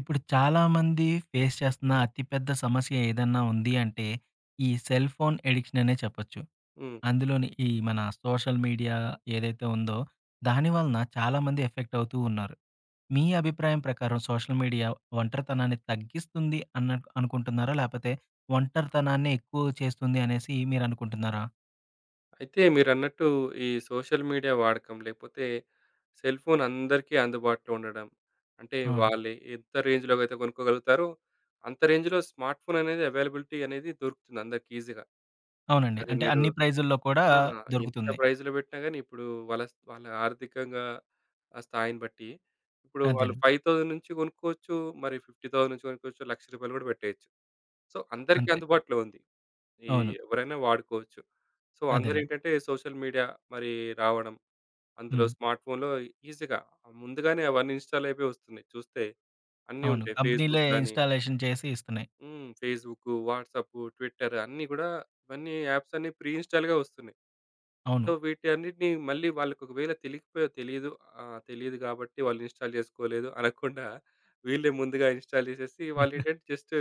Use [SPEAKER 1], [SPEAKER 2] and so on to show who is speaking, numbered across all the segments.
[SPEAKER 1] ఇప్పుడు చాలామంది ఫేస్ చేస్తున్న అతిపెద్ద సమస్య ఏదన్నా ఉంది అంటే, ఈ సెల్ ఫోన్ ఎడిక్షన్ అనే చెప్పొచ్చు.
[SPEAKER 2] హ్మ్.
[SPEAKER 1] అందులోని ఈ మన సోషల్ మీడియా ఏదైతే ఉందో, దాని వలన చాలామంది ఎఫెక్ట్ అవుతూ ఉన్నారు. మీ అభిప్రాయం ప్రకారం సోషల్ మీడియా ఒంటరితనాన్ని తగ్గిస్తుంది అన్న అనుకుంటున్నారా? లేపోతే ఒంటరితనాన్ని ఎక్కువ చేస్తుంది అనేసి మీరనుకుంటున్నారా?
[SPEAKER 2] అయితే మీరన్నట్టు ఈ సోషల్ మీడియా వాడకం లేకపోతే సెల్ ఫోన్ అందరికీ అందుబాటులో ఉండడం. అంటే
[SPEAKER 1] హ్మ్.
[SPEAKER 2] వాళ్ళు ఎంత రేంజ్‌లోకైతే కొనుక్కోగలుగుతారో అంత రేంజ్‌లో స్మార్ట్ ఫోన్ అనేది అవైలబిలిటీ అనేది దొరుకుతుంది అందరికి ఈజీగా.
[SPEAKER 1] అవునండి.
[SPEAKER 2] అది
[SPEAKER 1] అంటే
[SPEAKER 2] మీరు
[SPEAKER 1] అన్ని ప్రైజుల్లో కూడా
[SPEAKER 2] ఆ! ఎంత
[SPEAKER 1] దొరుకుతుంది.
[SPEAKER 2] ప్రైస్‌లో పెట్టినా గాని ఇప్పుడు వాళ్ళ ఆర్థికంగా ఆ స్థాయిని బట్టి ఇప్పుడు వాళ్ళు
[SPEAKER 1] అదేనండి.
[SPEAKER 2] 5,000 నుంచి కొనుక్కోవచ్చు. మరి 50,000 నుంచి కొనుక్కోవచ్చు. రూ. 1,00,000 కూడా పెట్టేయొచ్చు. సో అందరికీ
[SPEAKER 1] అంతే.
[SPEAKER 2] అందుబాటులో ఉంది. ఈ
[SPEAKER 1] అవును.
[SPEAKER 2] ఎవరైనా వాడుకోవచ్చు. సో,
[SPEAKER 1] అదేనండి.
[SPEAKER 2] అందరేంటంటే సోషల్ మీడియా మరి రావడం, అందులో
[SPEAKER 1] హ్మ్.
[SPEAKER 2] స్మార్ట్ ఫోన్‌లో ఈజీగా ముందుగానే అవన్నీ ఇన్‌స్టాల్ అయిపోయి వస్తున్నాయి చూస్తే. అన్నీ
[SPEAKER 1] అవును.
[SPEAKER 2] ఉంటాయి.
[SPEAKER 1] కంపెనీలే
[SPEAKER 2] ఫేస్‌బుక్ గాని
[SPEAKER 1] ఇన్‌స్టాలేషన్ చేసి ఇస్తున్నాయి.
[SPEAKER 2] హ్మ్. ఫేస్‌బుక్, వాట్సాప్, ట్విట్టర్ అన్నీ గూడా ఇవన్నీ యాప్స్ అన్నీ ప్రీ ఇన్‌స్టాల్‌గా వస్తున్నాయి.
[SPEAKER 1] అవును.
[SPEAKER 2] సో, వీటన్నిటిని మళ్ళీ వాళ్ళకి ఒకవేళ తెలీదు గాబట్టి వాళ్ళు ఇన్‌స్టాల్ చేసుకోలేదు అనకుండా వీళ్ళే ముందుగా ఇన్‌స్టాల్ చేసేసి వాళ్ళేంటంటే జస్ట్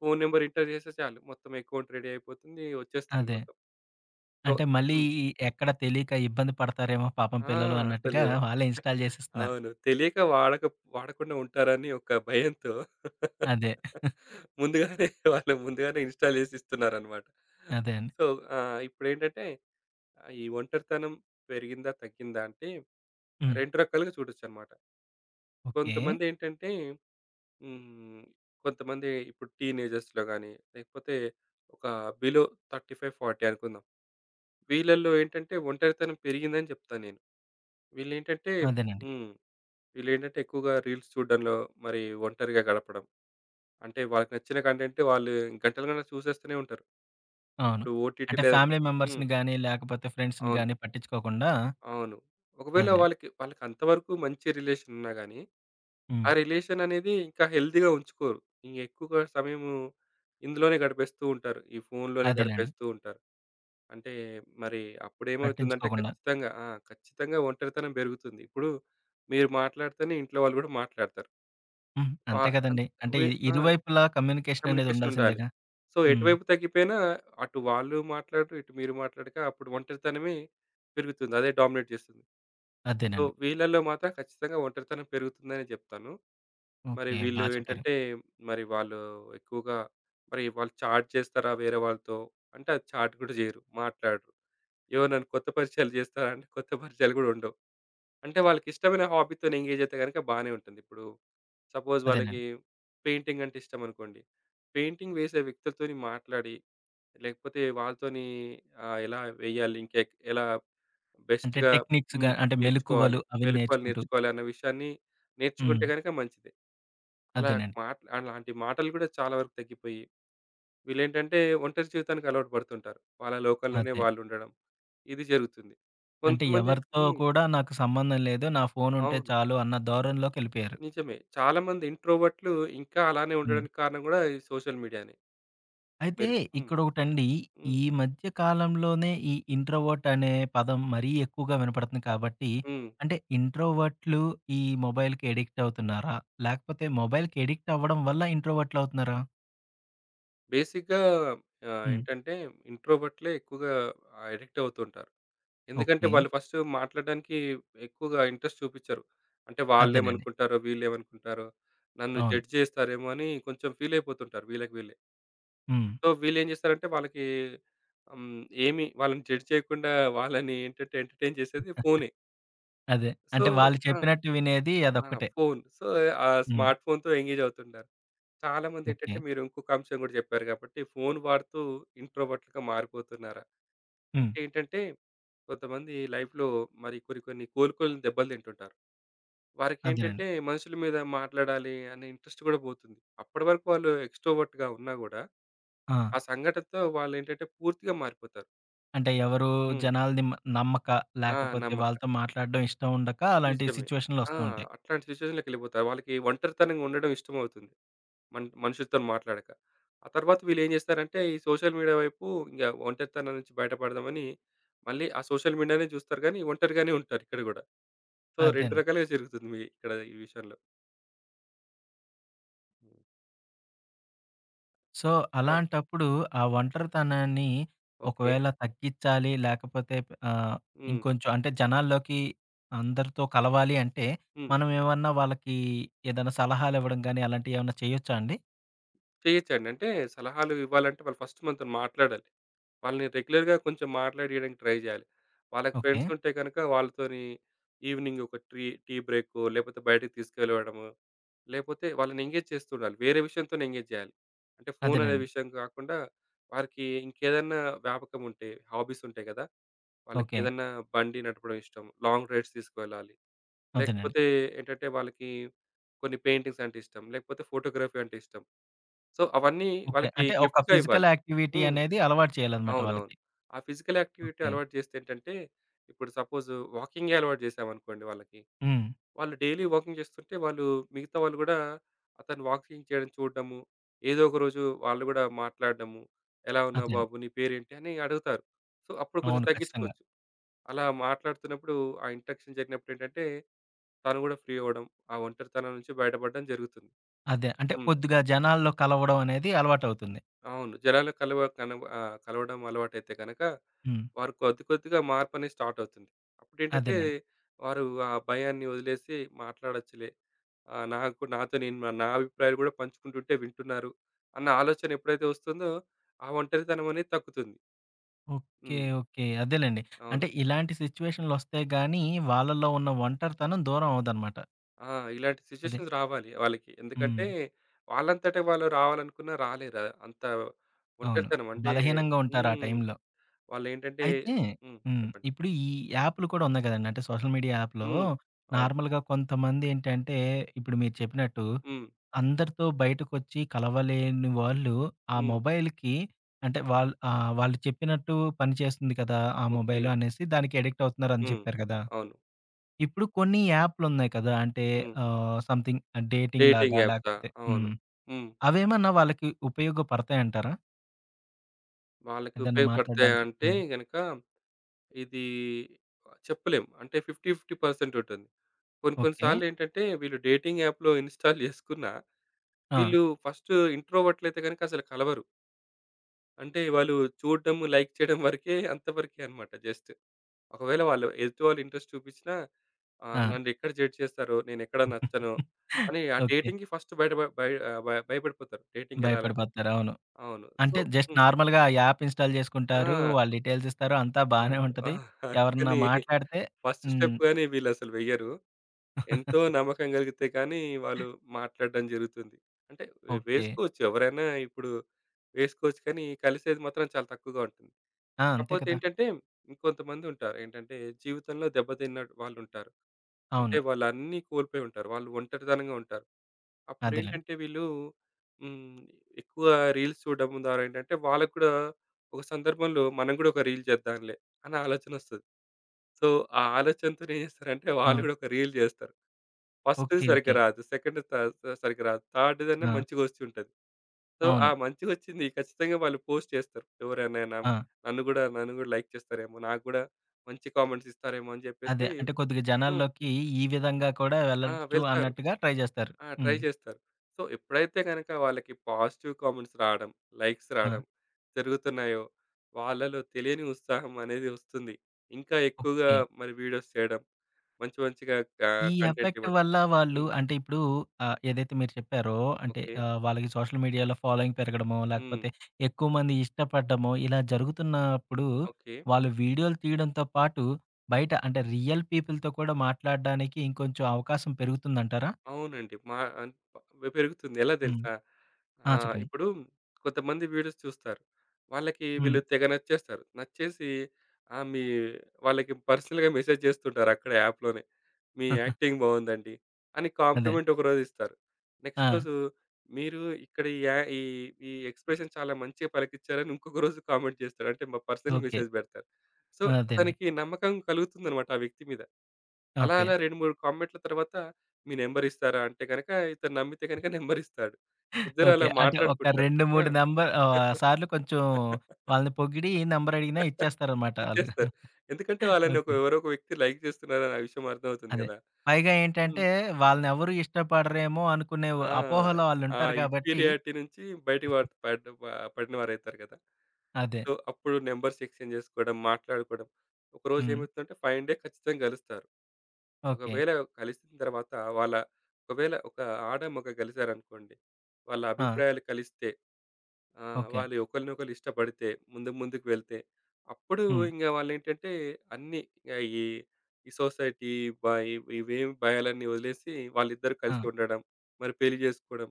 [SPEAKER 2] ఫోను నంబర్ ఎంటర్ చేస్తే చాలు మొత్తం అకౌంట్ రెడీ అయిపోతుంది. వచ్చేస్తుంది
[SPEAKER 1] అదే.
[SPEAKER 2] మొత్తం. సో
[SPEAKER 1] అంటే మళ్ళీ
[SPEAKER 2] హ్మ్.
[SPEAKER 1] ఎక్కడ తెలియక ఇబ్బంది పడతారేమో పాపం
[SPEAKER 2] ఆ!
[SPEAKER 1] పిల్లలు
[SPEAKER 2] అసలు
[SPEAKER 1] అన్నట్టుగా వాళ్ళే ఇన్‌స్టాల్ చేసిస్తున్నారు.
[SPEAKER 2] అవును. తెలియక వాడక వాడకుండా ఉంటారని ఒక భయంతో
[SPEAKER 1] అదే.
[SPEAKER 2] ముందుగానే వాళ్ళు ముందుగానే ఇన్‌స్టాల్ చేసి ఇస్తున్నారన్నమాట.
[SPEAKER 1] అదే అండి.
[SPEAKER 2] సో, ఇప్పుడేంటంటే ఈ ఒంటరితనం పెరిగిందా? తగ్గిందా? అంటే
[SPEAKER 1] హ్మ్.
[SPEAKER 2] 2 రకాలుగా చూడొచ్చన్నమాట.
[SPEAKER 1] ఓకే.
[SPEAKER 2] కొంతమందేంటంటే హ్మ్. కొంతమంది ఇప్పుడు టీనేజర్స్‌లో గాని, లేకపోతే ఒక బిలో 35, 40 అనుకుందాం. వీళ్ళలో ఏంటంటే ఒంటరితనం పెరిగిందని చెప్తాను నేను. వీళ్ళేంటంటే
[SPEAKER 1] అదేనండి.
[SPEAKER 2] హ్మ్. వీళ్ళేంటంటే ఎక్కువగా రీల్స్ చూడడంలో, మరి ఒంటరిగా గడపడం. అంటే వాళ్ళకి నచ్చిన కంటెంట్ వాళ్ళు గంటలు గణన చూసేస్తూనే ఉంటారు.
[SPEAKER 1] అవును.
[SPEAKER 2] ఇప్పుడు
[SPEAKER 1] అంటే
[SPEAKER 2] ఓటీటీ‌లో
[SPEAKER 1] ఫ్యామిలీ
[SPEAKER 2] హ్మ్.
[SPEAKER 1] మెంబర్స్‌ని గాని, లేకపోతే ఫ్రెండ్స్‌ని
[SPEAKER 2] అవును.
[SPEAKER 1] గాని పట్టించుకోకుండా
[SPEAKER 2] అవును. ఒకవేళ
[SPEAKER 1] అదే.
[SPEAKER 2] వాళ్ళకి వాళ్ళకి అంతవరకు మంచి రిలేషన్ ఉన్నా గాని,
[SPEAKER 1] హ్మ్.
[SPEAKER 2] ఆ రిలేషన్ అనేది ఇంకా హెల్తీగా ఉంచుకోరు. ఇంక ఎక్కువగా సమయము ఇందులోనే గడిపేస్తూ ఉంటారు. ఈ ఫోన్‌లోనే
[SPEAKER 1] అదేలెండి.
[SPEAKER 2] గడిపేస్తూ ఉంటారు. అంటే మరి అప్పుడేమవుతుందంటే
[SPEAKER 1] పట్టించుకోకుండా.
[SPEAKER 2] ఖచ్చితంగా ఆ! ఖచ్చితంగా ఒంటరితనం పెరుగుతుంది. ఇప్పుడు మీరు మాట్లాడితేనే ఇంట్లో వాళ్ళు కూడా మాట్లాడతారు.
[SPEAKER 1] హ్మ్.
[SPEAKER 2] వా
[SPEAKER 1] అంతే
[SPEAKER 2] అన్
[SPEAKER 1] కదండీ. అంటే
[SPEAKER 2] వే
[SPEAKER 1] ఇ
[SPEAKER 2] ఆ!
[SPEAKER 1] ఇరువైపులా కమ్యూనికేషన్ అనేది
[SPEAKER 2] కమ్యూనికేషన్ ఉండాలి.
[SPEAKER 1] ఉండాల్సిందేగా.
[SPEAKER 2] సో,
[SPEAKER 1] హ్మ్.
[SPEAKER 2] ఎటువైపు తగ్గిపోయినా అటు వాళ్ళు మాట్లాడరు, ఇటు మీరు మాట్లాడక అప్పుడు ఒంటరితనమే పెరుగుతుంది. అదే డామినేట్ చేస్తుంది. సో,
[SPEAKER 1] అదేనండి.
[SPEAKER 2] వీళ్ళలో మాత్రం ఖచ్చితంగా ఒంటరితనం పెరుగుతుందనే జెప్తాను. మరి
[SPEAKER 1] ఓకే. బా
[SPEAKER 2] వీళ్ళు
[SPEAKER 1] చెప్పారు.
[SPEAKER 2] ఏంటంటే మరి వాళ్ళు ఎక్కువగా మరి వాళ్ళు చాట్ చేస్తారా వేరే వాళ్ళతో? అంటే అది చాట్ గూడా జేయరు. మాట్లాడరు. ఏవన్నా కొత్త పరిచయాలు జేస్తారా? అంటే కొత్త పరిచయాలు గూడా ఉండవు. అంటే వాళ్ళకిష్టమైన హాబీతోని ఎంగేజ్ అయితే గనుక బానే ఉంటుంది. ఇప్పుడు సపోజ్ వాళ్ళకి
[SPEAKER 1] అదేనండి.
[SPEAKER 2] పెయింటింగ్ అంటే ఇష్టమనుకోండి. పెయింటింగ్ వేసే వ్యక్తులతోని మాట్లాడి, లేకపోతే వాళ్ళతోని ఎలా వేయాలి, ఇంకా ఎలా
[SPEAKER 1] అంటే
[SPEAKER 2] బెస్ట్‌గా
[SPEAKER 1] టెక్నిక్స్‌గా
[SPEAKER 2] హ్మ్.
[SPEAKER 1] అంటే
[SPEAKER 2] నేర్చుకోవాలి,
[SPEAKER 1] మెళకువలు అవి
[SPEAKER 2] మెళకువలు
[SPEAKER 1] నేర్చుకుంటూ
[SPEAKER 2] నేర్చుకోవాలి అన్న విషయాన్ని
[SPEAKER 1] హ్మ్.
[SPEAKER 2] నేర్చుకుంటే గనుక మంచిదే. అలా
[SPEAKER 1] అదేనండి.
[SPEAKER 2] అలాంటి మాటలు గూడా చాలా వరకు తగ్గిపోయి, వీళ్ళేంటంటే ఒంటరి జీవితానికి అలవాటు పడుతుంటారు. వాళ్ళ లోకంలోనే
[SPEAKER 1] అదే.
[SPEAKER 2] వాళ్ళుండడం, ఇది జరుగుతుంది.
[SPEAKER 1] అంటే
[SPEAKER 2] కొంతమంది
[SPEAKER 1] ఎవరితో
[SPEAKER 2] హ్మ్.
[SPEAKER 1] కూడా నాకు సంబంధం లేదు. నా ఫోను ఉంటే
[SPEAKER 2] అవును.
[SPEAKER 1] చాలు అన్న ధోరణిలోకెళ్ళిపోయారు.
[SPEAKER 2] నిజమే. చాలామంది ఇంట్రోవర్ట్‌లు ఇంకా అలానే
[SPEAKER 1] హ్మ్.
[SPEAKER 2] ఉండడానికి కారణం గూడా ఈ సోషల్ మీడియానే.
[SPEAKER 1] అయితే
[SPEAKER 2] మీరు హ్మ్.
[SPEAKER 1] ఇక్కడొకటండి.
[SPEAKER 2] హ్మ్.
[SPEAKER 1] ఈ మధ్య కాలంలోనే ఈ ఇంట్రోవర్ట్ అనే పదం మరీ ఎక్కువగా వినపడుతుంది కాబట్టి,
[SPEAKER 2] హ్మ్.
[SPEAKER 1] అంటే ఇంట్రోవర్ట్‌లు ఈ మొబైల్‌కి అడిక్ట్ అవుతున్నారా? లేకపోతే మొబైల్‌కి అడిక్ట్ అవ్వడం వల్ల ఇంట్రోవర్ట్‌లు అవుతున్నారా?
[SPEAKER 2] బేసిక్‌గా
[SPEAKER 1] హ్మ్.
[SPEAKER 2] ఏంటంటే ఇంట్రోవర్ట్‌లే ఎక్కువగా అడిక్ట్ అవుతుంటారు. ఎందుకంటే
[SPEAKER 1] ఓకే.
[SPEAKER 2] వాళ్ళు ఫస్ట్ మాట్లాడడానికి ఎక్కువగా ఇంట్రెస్ట్ చూపిచ్చరు. అంటే
[SPEAKER 1] అదేనండి.
[SPEAKER 2] వాళ్ళేమనుకుంటారో, వీళ్ళేమనుకుంటారో, నన్ను
[SPEAKER 1] అవును.
[SPEAKER 2] జడ్జ్ జేస్తారేమో అని కొంచెం ఫీల్ అయిపోతుంటారు వీళ్ళకి వీళ్ళే.
[SPEAKER 1] హ్మ్.
[SPEAKER 2] సో, వీళ్ళేం జేస్తారంటే వాళ్ళకి హ్మ్. ఏమి వాళ్ళని జడ్జ్ చేయకుండా వాళ్ళని ఏంటంటే ఎంటర్‌టైన్ చేసేది ఫోనే.
[SPEAKER 1] అదే.
[SPEAKER 2] సో
[SPEAKER 1] అంటే వాళ్ళు
[SPEAKER 2] ఆ!
[SPEAKER 1] చెప్పినట్టు వినేది
[SPEAKER 2] ఆ!
[SPEAKER 1] అదొక్కటే.
[SPEAKER 2] ఫోన్. సో, ఆ
[SPEAKER 1] హ్మ్.
[SPEAKER 2] స్మార్ట్ ఫోన్‌తో ఎంగేజ్ అవుతుంటారు. చాలామంది
[SPEAKER 1] ఓకే.
[SPEAKER 2] ఏంటంటే మీరు ఇంకొక అంశం గూడా చెప్పారు గాబట్టి, ఫోన్ వాడుతూ ఇంట్రోవర్ట్‌లుగా మారిపోతున్నారా?
[SPEAKER 1] హ్మ్.
[SPEAKER 2] అంటే ఏంటంటే, కొంతమంది లైఫ్‌లో మరి కొన్ని కొన్ని కోలుకోలేని దెబ్బలు తింటుంటారు.
[SPEAKER 1] అదేనండి.
[SPEAKER 2] వారికేంటంటే మనుషుల మీద మాట్లాడాలి అనే ఇంట్రెస్ట్ గూడా పోతుంది. అప్పటి వరకు వాళ్ళు ఎక్స్‌ట్రోవర్ట్‌గా ఉన్నా గూడా,
[SPEAKER 1] ఆ!
[SPEAKER 2] ఆ సంఘటనతో వాళ్ళేంటంటే పూర్తిగా మారిపోతారు.
[SPEAKER 1] అంటే ఎవరు
[SPEAKER 2] హ్మ్.
[SPEAKER 1] జనాల్ని నమ్మక,
[SPEAKER 2] ఆ!
[SPEAKER 1] లేకపోతే
[SPEAKER 2] నమ్మక
[SPEAKER 1] వాళ్ళతో మాట్లాడడం ఇష్టం ఉండక అలాంటి
[SPEAKER 2] నిజమే.
[SPEAKER 1] సిట్యుయేషన్‌లు
[SPEAKER 2] ఆ!
[SPEAKER 1] వస్తూ ఉంటాయి.
[SPEAKER 2] అట్లాంటి సిట్యుయేషన్‌లోకెళ్ళిపోతారు. వాళ్ళకి ఒంటరితనంగా ఉండడం ఇష్టమవుతుంది. మనుషులతోని మాట్లాడక. ఆ తర్వాత వీళ్ళేం జేస్తారంటే, ఈ సోషల్ మీడియా వైపు ఇంగ ఒంటరితనం నుంచి బయటపడదామని, మళ్ళీ ఆ సోషల్ మీడియానే జూస్తారు గానీ, ఒంటరిగానే ఉంటారు ఇక్కడ గూడా. సో, 2
[SPEAKER 1] అదేనండి.
[SPEAKER 2] రకాలుగా జరుగుతుంది మీ ఇక్కడ ఈ విషయంలో.
[SPEAKER 1] సో,
[SPEAKER 2] ఆ!
[SPEAKER 1] అలాంటప్పుడు ఆ ఒంటరితనాన్ని
[SPEAKER 2] ఓకే.
[SPEAKER 1] ఒకవేళ తగ్గిచ్చాలి లేకపోతే ఆహ్,
[SPEAKER 2] హ్మ్.
[SPEAKER 1] ఇంకొంచెం అంటే జనాల్లోకి అందరితో కలవాలి అంటే
[SPEAKER 2] హ్మ్.
[SPEAKER 1] మనం ఏమన్నా వాళ్ళకి ఏదైనా సలహాలివ్వడం గాని అలాంటివి ఏమన్నా చేయొచ్చా అండి?
[SPEAKER 2] చేయొచ్చండి. అంటే సలహాలు ఇవ్వాలంటే వాళ్ళు ఫస్ట్ మనతోని మాట్లాడాలి. వాళ్ళని రెగ్యులర్‌గా కొంచెం మాట్లాడియడానికి ట్రై జేయాలి. వాళ్ళకి
[SPEAKER 1] ఓకే.
[SPEAKER 2] ఫ్రెండ్స్ ఉంటే గనక వాళ్ళతోని ఈవినింగ్ ఒక టీ బ్రేకో, లేపోతే బయటకి తీసుకెళ్ళడమో లేపోతే వాళ్ళని ఎంగేజ్ చేస్తూ ఉండాలి. వేరే విషయంతోని ఎంగేజ్ జేయాలి. అంటే ఫోన్ అనే
[SPEAKER 1] అదేనండి.
[SPEAKER 2] విషయం కాకుండా వారికి ఇంకేదన్నా వ్యాపకం ఉంటే, హాబీస్ ఉంటాయి గదా!
[SPEAKER 1] ఓకే.
[SPEAKER 2] వాళ్ళకేదన్నా బండి నడపడం ఇష్టం. లాంగ్ రైడ్స్ తీసుకువెళ్ళాలి.
[SPEAKER 1] అదేనండి.
[SPEAKER 2] లేకపోతే ఏంటంటే వాళ్ళకి కొన్ని పెయింటింగ్స్ అంటే ఇష్టం. లేకపోతే ఫోటోగ్రఫీ అంటే ఇష్టం. సో, అవన్నీ
[SPEAKER 1] ఓకే.
[SPEAKER 2] వాళ్ళకి
[SPEAKER 1] అంటే ఒక
[SPEAKER 2] గిఫ్ట్‌గా ఇవ్వాలి.
[SPEAKER 1] ఫిజికల్ యాక్టివిటీ
[SPEAKER 2] హ్మ్.
[SPEAKER 1] అనేది అలవాటు చేయాలన్నమాట
[SPEAKER 2] అవునవును.
[SPEAKER 1] వాళ్ళకి.
[SPEAKER 2] ఆ ఫిజికల్ యాక్టివిటీ
[SPEAKER 1] ఓకే.
[SPEAKER 2] అలవాటు చేస్తే ఏంటంటే, ఇప్పుడు సపోజ్ వాకింగే అలవాటు చేసామనుకోండి వాళ్ళకి.
[SPEAKER 1] హ్మ్.
[SPEAKER 2] వాళ్ళు డైలీ వాకింగ్ చేస్తుంటే వాళ్ళు మిగతా వాళ్ళు గూడా అతను వాకింగ్ చేయడం చూడడము, ఏదో ఒక రోజు వాళ్ళు గూడా మాట్లాడడము, "ఎలా ఉన్నావు
[SPEAKER 1] అదేనండి.
[SPEAKER 2] బాబు? నీ పేరేంటి?" అని అడుగుతారు. సో, అప్పుడు కొంచెం
[SPEAKER 1] అవును. ఖచ్చితంగా.
[SPEAKER 2] తగ్గించుకోవచ్చు. అలా మాట్లాడుతున్నప్పుడు ఆ ఇంటరాక్షన్ జరిగినప్పుడేంటంటే, తను గూడా ఫ్రీ అవ్వడం, ఆ ఒంటరితనం నుంచి బయటపడడం జరుగుతుంది.
[SPEAKER 1] అదే. అంటే
[SPEAKER 2] హ్మ్.
[SPEAKER 1] కొద్దిగా జనాల్లో కలవడం అనేది అలవాటవుతుంది.
[SPEAKER 2] అవును. జనాలు కలవ కనవ ఆహ్, కలవడం అలవాటైతే గనక,
[SPEAKER 1] హ్మ్.
[SPEAKER 2] వారు కొద్ది కొద్దిగా మార్పనేది స్టార్ట్ అవుతుంది. అప్పుడేంటంటే,
[SPEAKER 1] అదేనండి.
[SPEAKER 2] వారు ఆ భయాన్ని వదిలేసి మాట్లాడొచ్చులే నాకు నా అభిప్రాయాలు గూడా పంచుకుంటుంటే వింటున్నారు అన్న ఆలోచన ఎప్పుడైతే వస్తుందో, ఆ ఒంటరితనం అనేది తగ్గుతుంది.
[SPEAKER 1] ఓకే.
[SPEAKER 2] హ్మ్.
[SPEAKER 1] ఓకే. అదేలెండి.
[SPEAKER 2] అవును.
[SPEAKER 1] అంటే ఇలాంటి సిట్యుయేషన్‌లొస్తే గాని వాళ్ళలో ఉన్న ఒంటరితనం దూరం అవ్వదనమాట.
[SPEAKER 2] ఆ! ఇలాంటి
[SPEAKER 1] అదే.
[SPEAKER 2] సిట్యుయేషన్స్ రావాలి వాళ్ళకి.
[SPEAKER 1] హ్మ్.
[SPEAKER 2] ఎందుకంటే వాళ్ళంతట వాళ్ళు రావాలనుకున్నా రాలేరు. అంత
[SPEAKER 1] అవును.
[SPEAKER 2] ఒంటరితనం అంటే
[SPEAKER 1] బలహీనంగా ఉంటారు ఆ
[SPEAKER 2] హ్మ్.
[SPEAKER 1] టైంలో.
[SPEAKER 2] వాళ్ళేంటంటే
[SPEAKER 1] అయితే
[SPEAKER 2] హ్మ్.
[SPEAKER 1] హ్మ్.
[SPEAKER 2] చెప్పండి.
[SPEAKER 1] ఇప్పుడు ఈ యాప్‌లు కూడా ఉన్నాయి కదండీ. అంటే సోషల్ మీడియా యాప్‌లో
[SPEAKER 2] హ్మ్. అవును.
[SPEAKER 1] నార్మల్‌గా కొంతమంది ఏంటంటే, ఇప్పుడు మీరు చెప్పినట్టు
[SPEAKER 2] హ్మ్.
[SPEAKER 1] అందరితో బయటకొచ్చి కలవలేని వాళ్ళు ఆ
[SPEAKER 2] హ్మ్.
[SPEAKER 1] మొబైల్‌కి అంటే వాళ్ళు వాళ్ళు చెప్పినట్టు పనిచేస్తుంది కదా! ఆ
[SPEAKER 2] ఓకే.
[SPEAKER 1] మొబైల్ అనేసి దానికి అడిక్ట్ అవుతున్నారని
[SPEAKER 2] హ్మ్.
[SPEAKER 1] చెప్పారు కదా!
[SPEAKER 2] అవును.
[SPEAKER 1] ఇప్పుడు కొన్ని యాప్‌లున్నాయి కదా! అంటే
[SPEAKER 2] హ్మ్.
[SPEAKER 1] సంథింగ్ డేటింగ్
[SPEAKER 2] డేటింగ్
[SPEAKER 1] లాగా
[SPEAKER 2] యాప్సా?
[SPEAKER 1] లేకపోతే
[SPEAKER 2] అవును.
[SPEAKER 1] హ్మ్.
[SPEAKER 2] హ్మ్.
[SPEAKER 1] అవేమన్నా వాళ్ళకి ఉపయోగపడతాయంటారా?
[SPEAKER 2] వాళ్ళకి
[SPEAKER 1] ఏదన్నా మాట్లాడడానికి?
[SPEAKER 2] ఉపయోగపడతాయంటే
[SPEAKER 1] హ్మ్.
[SPEAKER 2] గనక ఇది చెప్పలేం. అంటే 50, 50% ఉంటుంది. కొన్ని కొన్ని
[SPEAKER 1] ఓకే.
[SPEAKER 2] సార్లేంటంటే వీళ్ళు డేటింగ్ యాప్‌లో ఇన్‌స్టాల్ చేసుకున్నా
[SPEAKER 1] ఆ!
[SPEAKER 2] వీళ్ళు ఫస్ట్ ఇంట్రోవర్ట్‌లయితే గనుక అసలు కలవరు. అంటే వాళ్ళు చూడడం, లైక్ చేయడం వరకే అంతవరకే అన్నమాట జస్ట్. ఒకవేళ వాళ్ళు ఎదుటి వాళ్ళు ఇంట్రెస్ట్ చూపించినా
[SPEAKER 1] ఆ!
[SPEAKER 2] నన్నెక్కడ జడ్జ్ చేస్తారో, నేనెక్కడ నచ్చనో అని ఆ
[SPEAKER 1] ఓకే.
[SPEAKER 2] డేటింగ్‌కి ఫస్ట్ బయట బ బయ ఆహ్, బ భయపడిపోతారు డేటింగ్‌కెళ్ళాలంటే.
[SPEAKER 1] భయపడిపోతారు. అవును.
[SPEAKER 2] అవును. సో
[SPEAKER 1] అంటే జస్ట్
[SPEAKER 2] హ్మ్.
[SPEAKER 1] నార్మల్‌గా ఆ యాప్ ఇన్‌స్టాల్ చేసుకుంటారు.
[SPEAKER 2] ఆ!
[SPEAKER 1] వాళ్ళు డీటెయిల్స్ ఇస్తారు. అంతా బానే
[SPEAKER 2] అవును. ఆ,
[SPEAKER 1] ఉంటది. ఎవరన్నా
[SPEAKER 2] కానీ
[SPEAKER 1] మాట్లాడితే
[SPEAKER 2] ఫస్ట్
[SPEAKER 1] హ్మ్.
[SPEAKER 2] స్టెప్ గాని వీళ్ళసలు వెయ్యరు. ఎంతో నమ్మకం కలిగితే కానీ వాళ్ళు మాట్లాడడం జరుగుతుంది. అంటే
[SPEAKER 1] ఓకే.
[SPEAKER 2] వేసుకోవచ్చు ఎవరైనా ఇప్పుడు వేసుకోవచ్చు కానీ కలిసేది మాత్రం చాలా తక్కువగా ఉంటుంది.
[SPEAKER 1] ఆ! అంతే
[SPEAKER 2] కాపోతే
[SPEAKER 1] కదా!
[SPEAKER 2] ఏంటంటే ఇంకొంతమందుంటారు. ఏంటంటే జీవితంలో దెబ్బతిన్న వాళ్ళుంటారు. అంటే
[SPEAKER 1] అవును.
[SPEAKER 2] వాళ్ళన్నీ కోల్పోయి ఉంటారు. వాళ్ళు ఒంటరితనంగా ఉంటారు.
[SPEAKER 1] అదేలెండి.
[SPEAKER 2] అప్పుడేంటంటే వీళ్ళు హ్మ్. ఎక్కువ రీల్స్ చూడడం ద్వారా ఏంటంటే వాళ్ళకి కూడా ఒక సందర్భంలో మనం కూడా ఒక రీల్ చేద్దాంలే అనే ఆలోచనొస్తది. సో, ఆ ఆలోచనతోనే ఏం చేస్తారంటే
[SPEAKER 1] ఆ!
[SPEAKER 2] వాళ్ళు కూడా ఒక రీల్ చేస్తారు. ఫస్ట్‌ది
[SPEAKER 1] ఓకే.
[SPEAKER 2] సరిగ్గా
[SPEAKER 1] ఓకే.
[SPEAKER 2] రాదు. సెకండ్ త స సరిగ్గా రాదు. థర్డ్‌దన్నా
[SPEAKER 1] ఆ!
[SPEAKER 2] మంచిగా వచ్చి ఉంటది. సో, ఆ
[SPEAKER 1] అవును.
[SPEAKER 2] మంచిగొచ్చింది ఖచ్చితంగా వాళ్ళు పోస్ట్ చేస్తారు.
[SPEAKER 1] ఆ!
[SPEAKER 2] నన్ను గూడా లైక్ చేస్తారేమో! నాకు గూడా మంచి కామెంట్స్ ఇస్తారేమో! అని
[SPEAKER 1] అదే.
[SPEAKER 2] చెప్పేసి
[SPEAKER 1] అంటే కొద్దిగా
[SPEAKER 2] హ్మ్.
[SPEAKER 1] జనాల్లోకి ఈ విధంగా కూడా
[SPEAKER 2] ఆ!
[SPEAKER 1] వెళ్ళొచ్చు
[SPEAKER 2] వెళ్తారు.
[SPEAKER 1] అన్నట్టుగా ట్రై చేస్తారు.
[SPEAKER 2] ఆ! ట్రై
[SPEAKER 1] హ్మ్.
[SPEAKER 2] చేస్తారు. సో, ఎప్పుడైతే గనక వాళ్ళకి పాజిటివ్ కామెంట్స్ రావడం, లైక్స్
[SPEAKER 1] ఆ!
[SPEAKER 2] రావడం జరుగుతున్నాయో, వాళ్ళలో తెలియని ఉత్సాహం అనేది వస్తుంది. ఇంకా ఎక్కువగా
[SPEAKER 1] ఓకే.
[SPEAKER 2] మరి వీడియోస్ చేయడం, మంచి మంచిగా
[SPEAKER 1] ఈ
[SPEAKER 2] కంటెంట్
[SPEAKER 1] ఎఫెక్ట్
[SPEAKER 2] ఇవ్వడం.
[SPEAKER 1] వల్ల వాళ్ళు
[SPEAKER 2] హ్మ్.
[SPEAKER 1] అంటే ఇప్పుడు ఏదైతే మీరు చెప్పారో అంటే
[SPEAKER 2] ఓకే.
[SPEAKER 1] వాళ్ళకి సోషల్ మీడియాలో ఫాలోయింగ్ పెరగడమో,
[SPEAKER 2] హ్మ్.
[SPEAKER 1] లేకపోతే ఎక్కువ మంది ఇష్టపడ్డమో ఇలా జరుగుతున్నప్పుడు
[SPEAKER 2] ఓకే.
[SPEAKER 1] వాళ్ళు వీడియోలు తీయడంతో పాటు బయట అంటే రియల్ పీపుల్‌తో కూడా మాట్లాడడానికి ఇంకొంచెం అవకాశం పెరుగుతుందంటారా?
[SPEAKER 2] అవునండి. మా అన్ పె పెరుగుతుంది. ఎలా
[SPEAKER 1] హ్మ్.
[SPEAKER 2] తెలుసా?
[SPEAKER 1] ఆ! చెప్పండి.
[SPEAKER 2] ఇప్పుడు కొంతమంది వీడియోస్ చూస్తారు. వాళ్ళకి
[SPEAKER 1] హ్మ్.
[SPEAKER 2] వీళ్ళు తెగ నచ్చేస్తారు. నచ్చేసి ఆహ్, మీ వాళ్ళకి పర్సనల్‌గా మెసేజ్ చేస్తుంటారు అక్కడే యాప్‌లోనే. "మీ యాక్టింగ్ బావుందండి" అని
[SPEAKER 1] అదే.
[SPEAKER 2] కాంప్లిమెంట్ ఒకరోజు ఇస్తారు. నెక్స్ట్
[SPEAKER 1] ఆ!
[SPEAKER 2] రోజు "మీరు ఇక్కడ ఈ యా ఈ ఈ ఎక్స్‌ప్రెషన్ చాలా మంచిగా పలికిచ్చారని" ఇంకొక రోజు కామెంట్ చేస్తాడు. అంటే మా పర్సనల్
[SPEAKER 1] ఓకే.
[SPEAKER 2] మెసేజ్ పెడతారు. సో,
[SPEAKER 1] అదే అండి.
[SPEAKER 2] అతనికి నమ్మకం కలుగుతుందన్నమాట ఆ వ్యక్తి మీద. అలా
[SPEAKER 1] ఓకే.
[SPEAKER 2] అలా 2, 3 కామెంట్ల తర్వాత మీ నంబర్ ఇస్తారా? అంటే గనక ఇతను నమ్మితే గనక నంబర్ ఇస్తాడు. ఇద్దరు
[SPEAKER 1] ఓకే.
[SPEAKER 2] అలా
[SPEAKER 1] అంటే ఒక
[SPEAKER 2] మాట్లాడుకుంటారు.
[SPEAKER 1] 2,
[SPEAKER 2] ఆ!
[SPEAKER 1] 3 నంబర్ సార్లు కొంచెం వాళ్ళని పొగిడి నంబర్ అడిగినా ఇచ్చేస్తారనమాట ఆళ్ళు.
[SPEAKER 2] ఇచ్చేస్తారు. ఎందుకంటే వాళ్ళని ఒక
[SPEAKER 1] ఓకే.
[SPEAKER 2] ఎవరో ఒక వ్యక్తి లైక్ చేస్తున్నారని ఆ విషయం అర్థమవుతుంది
[SPEAKER 1] అదే.
[SPEAKER 2] కదా!
[SPEAKER 1] పైగా
[SPEAKER 2] హ్మ్.
[SPEAKER 1] ఏంటంటే, వాళ్ళనెవరు ఇష్టపడరేమో అనుకునే ఓ
[SPEAKER 2] ఆ!
[SPEAKER 1] అపోహలో
[SPEAKER 2] ఆ
[SPEAKER 1] ఆళ్ళుంటారు కాబట్టి
[SPEAKER 2] ఇన్ఫీరియారిటీ నుంచి బయటికి పడ్ పడ్ ప పడినవారయితారు కదా!
[SPEAKER 1] అదే.
[SPEAKER 2] సో, అప్పుడు నంబర్స్ ఎక్స్చేంజ్ చేసుకోవడం, మాట్లాడుకోవడం. ఒకరోజు
[SPEAKER 1] హ్మ్.
[SPEAKER 2] ఏమవుతుందంటే ఫైనల్ డే ఖచ్చితంగా కలుస్తారు.
[SPEAKER 1] ఓకే.
[SPEAKER 2] ఒకవేళ కలిసిన తర్వాత వాళ్ళ ఒకవేళ ఒక ఆడ మగ కలిశారనుకోండి. వాళ్ళ
[SPEAKER 1] ఆ!
[SPEAKER 2] అభిప్రాయాలు కలిస్తే
[SPEAKER 1] ఓకే.
[SPEAKER 2] వాళ్ళు ఒకళ్ళనొకళ్ళు ఇష్టపడితే ముందుకు వెళ్తే అప్పుడు
[SPEAKER 1] హ్మ్.
[SPEAKER 2] వాళ్ళేంటంటే అన్నీ ఇంగ ఈ ఈ సొసైటీ బాయ్ ఇవేమి భయాలన్నీ వదిలేసి వాళ్ళిద్దరూ
[SPEAKER 1] ఆ!
[SPEAKER 2] కలిసి ఉండడం. మరి పెళ్లి జేసుకోవడం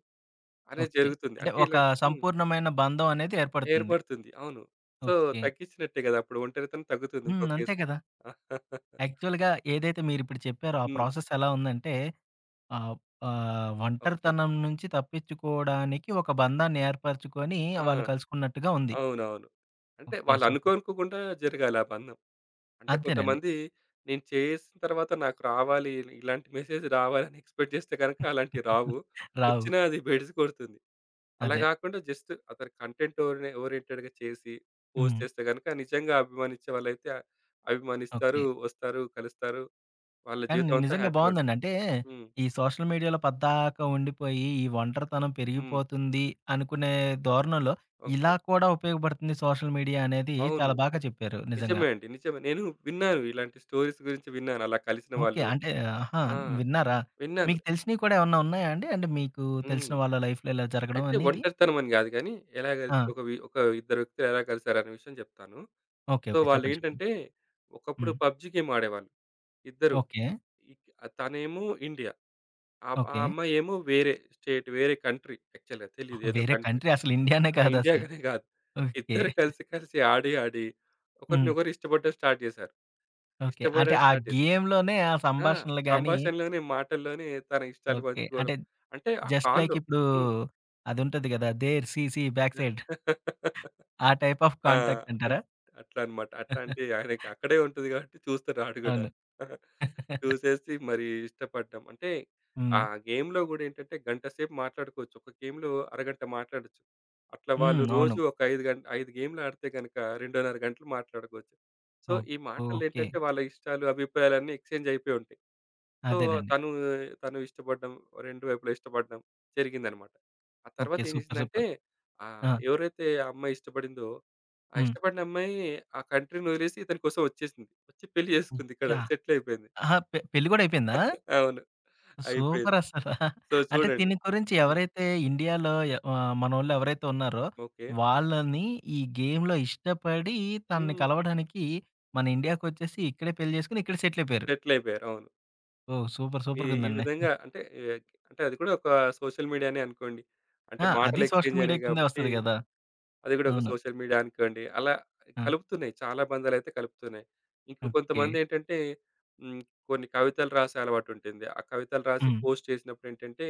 [SPEAKER 2] అనేది
[SPEAKER 1] ఓకే.
[SPEAKER 2] జరుగుతుంది.
[SPEAKER 1] అంటే
[SPEAKER 2] అంటే
[SPEAKER 1] ఒక
[SPEAKER 2] ఇలా హ్మ్.
[SPEAKER 1] సంపూర్ణమైన బంధం అనేది ఏర్పడుతుంది.
[SPEAKER 2] ఏర్పడుతుంది. అవును. So,
[SPEAKER 1] okay.
[SPEAKER 2] తగ్గించినట్టే గదా! అప్పుడు ఒంటరితనం తగ్గుతుంది ఇంకో
[SPEAKER 1] హ్మ్. అంతే
[SPEAKER 2] కేసు.
[SPEAKER 1] కదా! యాక్చువల్‌గా ఏదైతే మీరిప్పుడు చెప్పారో ఆ
[SPEAKER 2] హ్మ్.
[SPEAKER 1] ప్రాసెస్ ఎలా ఉందంటే ఆహ్,
[SPEAKER 2] ఓకే.
[SPEAKER 1] ఒంటరితనం నుంచి తప్పించుకోవడానికి ఒక బంధాన్ని ఏర్పరచుకొని
[SPEAKER 2] ఆ!
[SPEAKER 1] వాళ్ళు కలుసుకున్నట్టుగా ఉంది.
[SPEAKER 2] అవునవును. అంటే
[SPEAKER 1] ఓకే.
[SPEAKER 2] వాళ్ళు
[SPEAKER 1] సూపర్.
[SPEAKER 2] అనుకోనుకోకుండా జరగాలి ఆ బంధం. అంటే
[SPEAKER 1] అంతేనండి.
[SPEAKER 2] కొంతమంది నేను చేసిన తర్వాత నాకు రావాలి ఇలాంటి మెసేజ్ రావాలని ఎక్స్‌పెక్ట్ చేస్తే గనక అలాంటివి రావు.
[SPEAKER 1] రావు.
[SPEAKER 2] వచ్చినా అది బెడిసి కొడుతుంది. అలా
[SPEAKER 1] అదే.
[SPEAKER 2] గాకుండా జస్ట్ అతను కంటెంట్ ఓరియెంటెడ్‌గా చేసి పోస్ట్
[SPEAKER 1] హ్మ్.
[SPEAKER 2] చేస్తే గనక నిజంగా అభిమానిచ్చే
[SPEAKER 1] ఓకే.
[SPEAKER 2] అభిమానిస్తారు, వస్తారు, కలుస్తారు. వాళ్ళ
[SPEAKER 1] కానీ
[SPEAKER 2] జీవితం అంతా
[SPEAKER 1] నిజంగా
[SPEAKER 2] హ్యాపీగా
[SPEAKER 1] బావుందండి.
[SPEAKER 2] ఉంటుంది.
[SPEAKER 1] అంటే,
[SPEAKER 2] హ్మ్.
[SPEAKER 1] ఈ సోషల్ మీడియాలో పద్దాకా ఉండిపోయి, ఈ ఒంటరితనం
[SPEAKER 2] హ్మ్.
[SPEAKER 1] పెరిగిపోతుంది అనుకునే ధోరణిలో,
[SPEAKER 2] ఓకే.
[SPEAKER 1] ఇలా కూడా ఉపయోగపడుతుంది సోషల్ మీడియా అనేది
[SPEAKER 2] అవును.
[SPEAKER 1] చాలా బాగా చెప్పారు నిజంగా.
[SPEAKER 2] నిజమే అండి. నిజమే. నేను విన్నాను ఇలాంటి స్టోరీస్ గురించి విన్నాను అలా కలిసిన
[SPEAKER 1] ఓకే.
[SPEAKER 2] వాళ్ళు.
[SPEAKER 1] అంటే ఆహా!
[SPEAKER 2] ఆ!
[SPEAKER 1] విన్నారా?
[SPEAKER 2] విన్నాను.
[SPEAKER 1] మీకు తెలిసినవి కూడా ఏమన్నా ఉన్నాయా అండి? అంటే మీకు
[SPEAKER 2] హ్మ్.
[SPEAKER 1] తెలిసిన వాళ్ళ లైఫ్‌లో ఇలా జరగడం
[SPEAKER 2] అయితే
[SPEAKER 1] అనేది?
[SPEAKER 2] ఒంటరితనం అని గాదు గానీ, ఎలా కలిసి
[SPEAKER 1] ఆ!
[SPEAKER 2] ఒక వి ఒక ఇద్దరు వ్యక్తులు ఎలా కలిసారనే విషయం జెప్తాను.
[SPEAKER 1] ఓకే.
[SPEAKER 2] So,
[SPEAKER 1] okay. చెప్పండి. చెప్పండి.
[SPEAKER 2] వాళ్ళేంటంటే, ఒకప్పుడు
[SPEAKER 1] హ్మ్.
[SPEAKER 2] పబ్‌జీ గేమ్ ఆడేవాళ్ళు ఇద్దరు.
[SPEAKER 1] ఓకే.
[SPEAKER 2] ఇక్ తనేమో ఇండియా. ఆ
[SPEAKER 1] ఓకే.
[SPEAKER 2] అమ్మాయేమో వేరే స్టేట్, వేరే కంట్రీ యాక్చువల్‌గా తెలీదు. ఏదో
[SPEAKER 1] వేరే
[SPEAKER 2] కంట్రీ.
[SPEAKER 1] కంట్రీ అసలు ఇండియానే
[SPEAKER 2] ఆ! ఇండియా
[SPEAKER 1] కాదసలు.
[SPEAKER 2] గానే గాదు.
[SPEAKER 1] ఓకే.
[SPEAKER 2] ఇద్దరు కలిసి కలిసి ఆడి
[SPEAKER 1] హ్మ్.
[SPEAKER 2] ఒకరినొకరు ఇష్టపడడం స్టార్ట్ జేశారు.
[SPEAKER 1] ఓకే. అంటే
[SPEAKER 2] ఇష్టపడడం
[SPEAKER 1] ఆ
[SPEAKER 2] స్టార్ట్ జేశారు.
[SPEAKER 1] గేమ్‌లోనే ఆ
[SPEAKER 2] ఆ!
[SPEAKER 1] సంభాషణలు గాని
[SPEAKER 2] సంభాషణలోనే, మాటల్లోనే తన ఇష్టాలు
[SPEAKER 1] ఓకే.
[SPEAKER 2] పంచుకోవడం.
[SPEAKER 1] అంటే
[SPEAKER 2] అంటే ఆ
[SPEAKER 1] జస్ట్ లైక్
[SPEAKER 2] కాల్‌లో
[SPEAKER 1] ఇప్పుడు
[SPEAKER 2] హ్మ్.
[SPEAKER 1] అదుంటది గదా! దేర్ సీసీ బ్యాక్ సైడ్ ఆ టైప్ ఆఫ్
[SPEAKER 2] ఆ!
[SPEAKER 1] కాంటాక్ట్
[SPEAKER 2] అంట్
[SPEAKER 1] అంటారా?
[SPEAKER 2] అట్లా అన్నమాట. అట్లా అంటే ఆయనకి అక్కడే ఉంటది కాబట్టి చూస్తాడు ఆడు గూడా.
[SPEAKER 1] అవును.
[SPEAKER 2] చూసేసి మరి ఇష్టపడ్డాం. అంటే ఆ
[SPEAKER 1] హ్మ్.
[SPEAKER 2] గేమ్‌లో గూడా ఏంటంటే గంట సేపు మాట్లాడుకోవచ్చు. ఒక గేమ్‌లో అరగంట మాట్లాడొచ్చు. అట్లా వాళ్ళు
[SPEAKER 1] హ్మ్. అవును.
[SPEAKER 2] రోజు ఒక 5 గంట 5 గేమ్‌లు ఆడితే గనక 2:30 గంటలు మాట్లాడుకోవచ్చు. సో,
[SPEAKER 1] అవును.
[SPEAKER 2] ఈ మాటల్లో
[SPEAKER 1] ఓకే.
[SPEAKER 2] ఏంటంటే వాళ్ళ ఇష్టాలు, అభిప్రాయాలన్నీ ఎక్స్‌చేంజ్ అయిపోయి ఉంటాయి. సో,
[SPEAKER 1] అదేనండి.
[SPEAKER 2] తను తను ఇష్టపడడం, రెండు వైపులా ఇష్టపడడం జరిగిందనమాట. ఆ తర్వాత
[SPEAKER 1] ఓకే.
[SPEAKER 2] ఏం
[SPEAKER 1] సూపర్.
[SPEAKER 2] చేసిందంటే
[SPEAKER 1] సూపర్. ఆ!
[SPEAKER 2] ఎవరైతే ఆ అమ్మాయి ఇష్టపడిందో, ఆ
[SPEAKER 1] హ్మ్.
[SPEAKER 2] ఇష్టపడిన అమ్మాయి ఆ కంట్రీని వదిలేసి ఇతని కోసం వచ్చేసింది. వచ్చి పెళ్లి చేసుకుంది ఇక్కడ
[SPEAKER 1] యాహ్!
[SPEAKER 2] సెటిల్ అయిపోయింది.
[SPEAKER 1] ఆహా! పెళ్లి గూడా అయిపోయిందా?
[SPEAKER 2] అవును. అయిపోయింది.
[SPEAKER 1] సూపర్ అసలా.
[SPEAKER 2] సో,
[SPEAKER 1] అంటే
[SPEAKER 2] చూడండి.
[SPEAKER 1] దీని గురించి
[SPEAKER 2] హ్మ్.
[SPEAKER 1] ఎవరైతే ఇండియాలో మనోళ్ళు ఎవరైతే ఉన్నారో
[SPEAKER 2] ఓకే.
[SPEAKER 1] వాళ్ళని ఈ గేమ్‌లో ఇష్టపడి తనని
[SPEAKER 2] హ్మ్.
[SPEAKER 1] కలవడానికి మన ఇండియాకొచ్చేసి ఇక్కడే పెళ్లి జేసుకొని, ఇక్కడే సెటిల్ అయిపోయారు.
[SPEAKER 2] సెటిల్ అయిపోయారు. అవును.
[SPEAKER 1] ఓహ్! సూపర్
[SPEAKER 2] ఈ ఈ
[SPEAKER 1] సూపర్‌గుందండి.
[SPEAKER 2] విధంగా అంటే, అంటే అది కూడా ఒక సోషల్ మీడియానే అనుకోండి. అంటే
[SPEAKER 1] ఆ!
[SPEAKER 2] మాటల
[SPEAKER 1] అది
[SPEAKER 2] ఎక్స్చేంజ్
[SPEAKER 1] సోషల్
[SPEAKER 2] అనే
[SPEAKER 1] మీడియా కిందే
[SPEAKER 2] కాబట్టి
[SPEAKER 1] వస్తది గదా!
[SPEAKER 2] అది కూడా ఒక
[SPEAKER 1] అవును.
[SPEAKER 2] సోషల్ మీడియా అనుకోండి. అలా
[SPEAKER 1] ఆ!
[SPEAKER 2] కలుపుతున్నాయి. చాలా బంధాలైతే కలుపుతున్నాయి. ఇంక
[SPEAKER 1] ఓకే.
[SPEAKER 2] కొంతమందేంటంటే హ్మ్. కొన్ని కవితలు రాసే అలవాటుంటుంది. ఆ కవితలు రాసి
[SPEAKER 1] హ్మ్.
[SPEAKER 2] పోస్ట్ చేసినప్పుడేంటంటే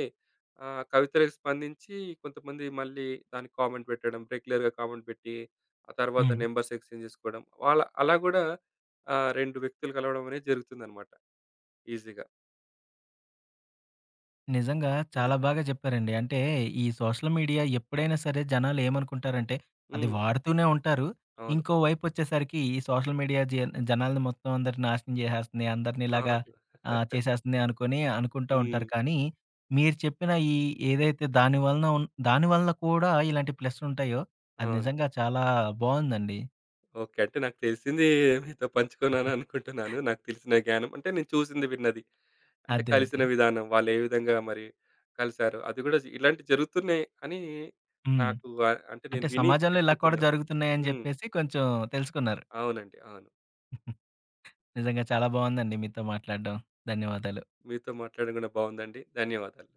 [SPEAKER 2] కవితలకు స్పందించి కొంతమంది మళ్ళీ దానికి కామెంట్ పెట్టడం. రెగ్యులర్‌గా కామెంట్ పెట్టి, ఆ తర్వాత
[SPEAKER 1] హ్మ్.
[SPEAKER 2] నంబర్స్ ఎక్స్చేంజ్ చేసుకోవడం. వాళ్ళ అలా కూడా 2 వ్యక్తులు కలవడం అనేది జరుగుతుందన్నమాట ఈజీగా.
[SPEAKER 1] నిజంగా
[SPEAKER 2] హ్మ్.
[SPEAKER 1] చాలా బాగా చెప్పారండి. అంటే ఈ సోషల్ మీడియా ఎప్పుడైనా సరే జనాలు ఏమనుకుంటారంటే అది
[SPEAKER 2] హ్మ్.
[SPEAKER 1] వాడుతూనే ఉంటారు.
[SPEAKER 2] అవును.
[SPEAKER 1] ఇంకో వైపొచ్చేసరికి ఈ సోషల్ మీడియా జనాల్ని మొత్తం అందరిని నాశనం జేసేస్తుంది. అందరిని ఇలాగా
[SPEAKER 2] అవును.
[SPEAKER 1] చేసేస్తుంది అనుకోని అనుకుంటా
[SPEAKER 2] హ్మ్.
[SPEAKER 1] ఉంటారు. కానీ మీరు చెప్పిన ఈ ఏదైతే దాని వలన దాని వలన కూడా ఇలాంటి ప్లస్సులుంటాయో అది
[SPEAKER 2] అవును.
[SPEAKER 1] నిజంగా చాలా బావుందండి.
[SPEAKER 2] ఓకే. అంటే నాకు తెలిసింది మీతో పంచుకున్నాను అనుకుంటున్నాను. నాకు తెలిసిన జ్ఞానం అంటే నేను చూసింది, విన్నది. అంటే
[SPEAKER 1] అదే. అదే.
[SPEAKER 2] కలిసిన విధానం వాళ్ళు ఏ విధంగా మరి కలిసారు. అది కూడా ఇలాంటివి జరుగుతున్నాయి అని
[SPEAKER 1] హ్మ్.
[SPEAKER 2] నాకు అంటే నేను
[SPEAKER 1] అంటే
[SPEAKER 2] విని
[SPEAKER 1] సమాజంలో ఇలా కూడా
[SPEAKER 2] చెప్తున్నాను.
[SPEAKER 1] జరుగుతున్నాయని
[SPEAKER 2] హ్మ్.
[SPEAKER 1] జెప్పేసి కొంచెం తెలుసుకున్నారు.
[SPEAKER 2] అవునండి. అవును.
[SPEAKER 1] నిజంగా చాలా బావుందండి మీతో మాట్లాడడం. ధన్యవాదాలు.
[SPEAKER 2] మీతో మాట్లాడడం కూడా బాగుందండి. ధన్యవాదాలు.